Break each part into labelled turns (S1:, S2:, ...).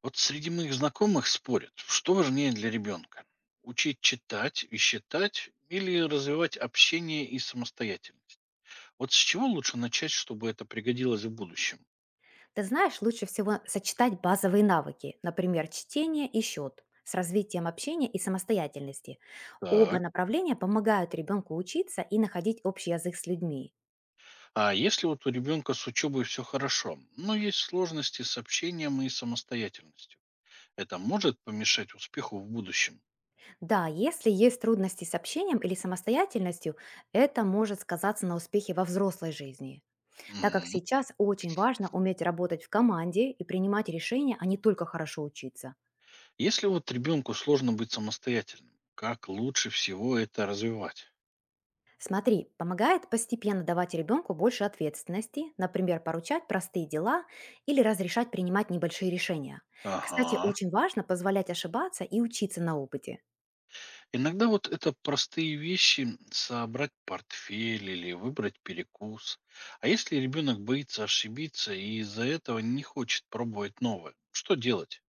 S1: Вот среди моих знакомых спорят, что важнее для ребенка. Учить читать и считать или развивать общение и самостоятельность. Вот с чего лучше начать, чтобы это пригодилось в будущем?
S2: Ты знаешь, лучше всего сочетать базовые навыки, например, чтение и счет, с развитием общения и самостоятельности. Оба
S1: Так,
S2: направления помогают ребенку учиться и находить общий язык с людьми.
S1: а если вот у ребенка с учебой все хорошо, но есть сложности с общением и самостоятельностью, это может помешать успеху в будущем?
S2: Да, если есть трудности с общением или самостоятельностью, это может сказаться на успехе во взрослой жизни, так как
S1: Мгм.
S2: сейчас очень важно уметь работать в команде и принимать решения, а не только хорошо учиться.
S1: Если вот ребенку сложно быть самостоятельным, как лучше всего это развивать?
S2: Смотри, помогает постепенно давать ребенку больше ответственности, например, поручать простые дела или разрешать принимать небольшие решения. Кстати,
S1: Ага.
S2: очень важно позволять ошибаться и учиться на опыте.
S1: Иногда вот это простые вещи, собрать портфель или выбрать перекус. А если ребенок боится ошибиться и из-за этого не хочет пробовать новое, что делать?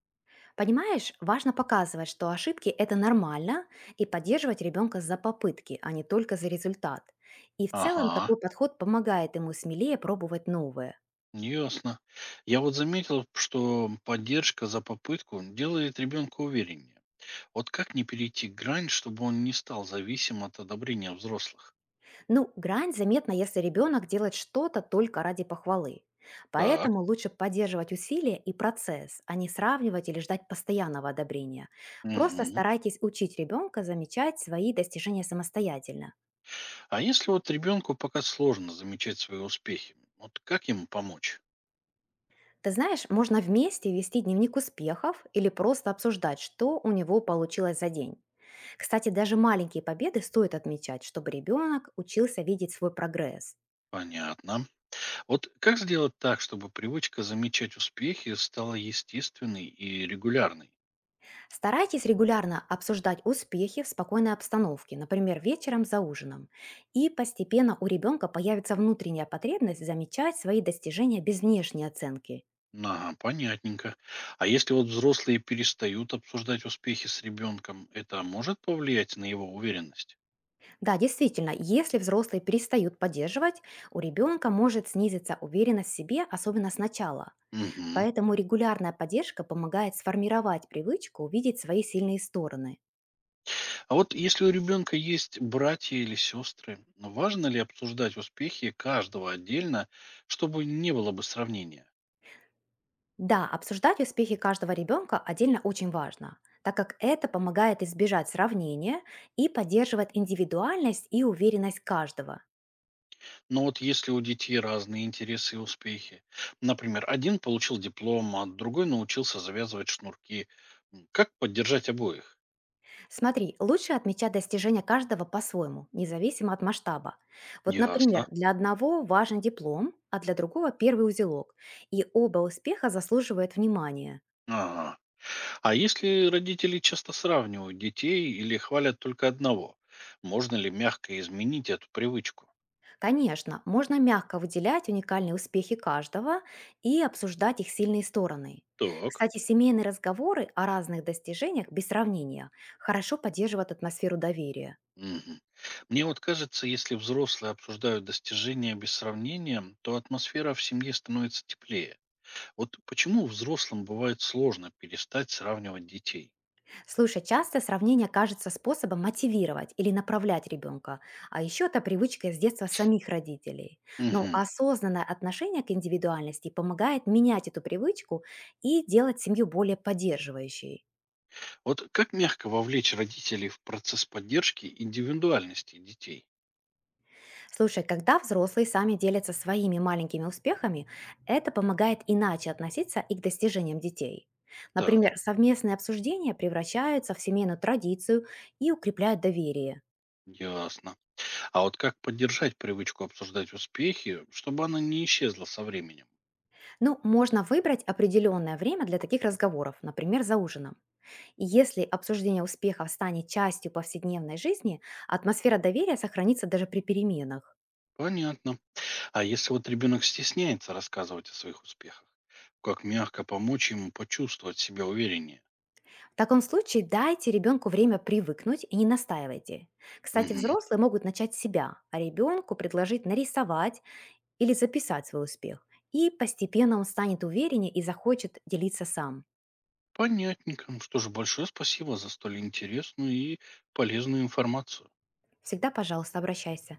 S2: Понимаешь, важно показывать, что ошибки – это нормально, и поддерживать ребенка за попытки, а не только за результат. И в целом
S1: Ага,
S2: такой подход помогает ему смелее пробовать новое.
S1: ясно. Я вот заметил, что поддержка за попытку делает ребенка увереннее. Вот как не перейти грань, чтобы он не стал зависим от одобрения взрослых?
S2: Ну, грань заметна, если ребенок делает что-то только ради похвалы.
S1: Так.
S2: Поэтому лучше поддерживать усилия и процесс, а не сравнивать или ждать постоянного одобрения. Просто
S1: Мгм.
S2: старайтесь учить ребенка замечать свои достижения самостоятельно.
S1: А если вот ребенку пока сложно замечать свои успехи, вот как ему помочь?
S2: Ты знаешь, можно вместе вести дневник успехов или просто обсуждать, что у него получилось за день. Кстати, даже маленькие победы стоит отмечать, чтобы ребенок учился видеть свой прогресс.
S1: Понятно. Вот как сделать так, чтобы привычка замечать успехи стала естественной и регулярной?
S2: Старайтесь регулярно обсуждать успехи в спокойной обстановке, например, вечером за ужином. И постепенно у ребенка появится внутренняя потребность замечать свои достижения без внешней оценки.
S1: Ага, понятненько. А если вот взрослые перестают обсуждать успехи с ребенком, это может повлиять на его уверенность?
S2: Да, действительно, если взрослые перестают поддерживать, у ребенка может снизиться уверенность в себе, особенно сначала.
S1: Мгм.
S2: Поэтому регулярная поддержка помогает сформировать привычку увидеть свои сильные стороны.
S1: А вот если у ребенка есть братья или сестры, важно ли обсуждать успехи каждого отдельно, чтобы не было бы сравнения?
S2: Да, обсуждать успехи каждого ребенка отдельно очень важно, так как это помогает избежать сравнения и поддерживает индивидуальность и уверенность каждого.
S1: Но вот если у детей разные интересы и успехи, например, один получил диплом, а другой научился завязывать шнурки, как поддержать обоих?
S2: Смотри, лучше отмечать достижения каждого по-своему, независимо от масштаба. Вот,
S1: Ясно.
S2: например, для одного важен диплом, а для другого первый узелок, и оба успеха заслуживают внимания.
S1: Ага. А если родители часто сравнивают детей или хвалят только одного, можно ли мягко изменить эту привычку?
S2: Конечно, можно мягко выделять уникальные успехи каждого и обсуждать их сильные стороны.
S1: Так.
S2: Кстати, семейные разговоры о разных достижениях без сравнения хорошо поддерживают атмосферу доверия.
S1: Мгм. Мне вот кажется, если взрослые обсуждают достижения без сравнения, то атмосфера в семье становится теплее. Вот почему взрослым бывает сложно перестать сравнивать детей?
S2: Слушай, часто сравнение кажется способом мотивировать или направлять ребенка, а еще это привычка с детства самих родителей. Но
S1: Мгм.
S2: осознанное отношение к индивидуальности помогает менять эту привычку и делать семью более поддерживающей.
S1: Вот как мягко вовлечь родителей в процесс поддержки индивидуальности детей?
S2: Слушай, когда взрослые сами делятся своими маленькими успехами, это помогает иначе относиться и к достижениям детей.
S1: Так,
S2: Например, совместные обсуждения превращаются в семейную традицию и укрепляют доверие.
S1: ясно. А вот как поддержать привычку обсуждать успехи, чтобы она не исчезла со временем?
S2: Ну, можно выбрать определенное время для таких разговоров, например, за ужином. И если обсуждение успехов станет частью повседневной жизни, атмосфера доверия сохранится даже при переменах.
S1: Понятно. А если вот ребенок стесняется рассказывать о своих успехах, как мягко помочь ему почувствовать себя увереннее?
S2: В таком случае дайте ребенку время привыкнуть и не настаивайте. Кстати,
S1: Мгм.
S2: взрослые могут начать с себя, а ребенку предложить нарисовать или записать свой успех. И постепенно он станет увереннее и захочет делиться сам.
S1: Понятненько. Ну что же, большое спасибо за столь интересную и полезную информацию.
S2: Всегда, пожалуйста, обращайся.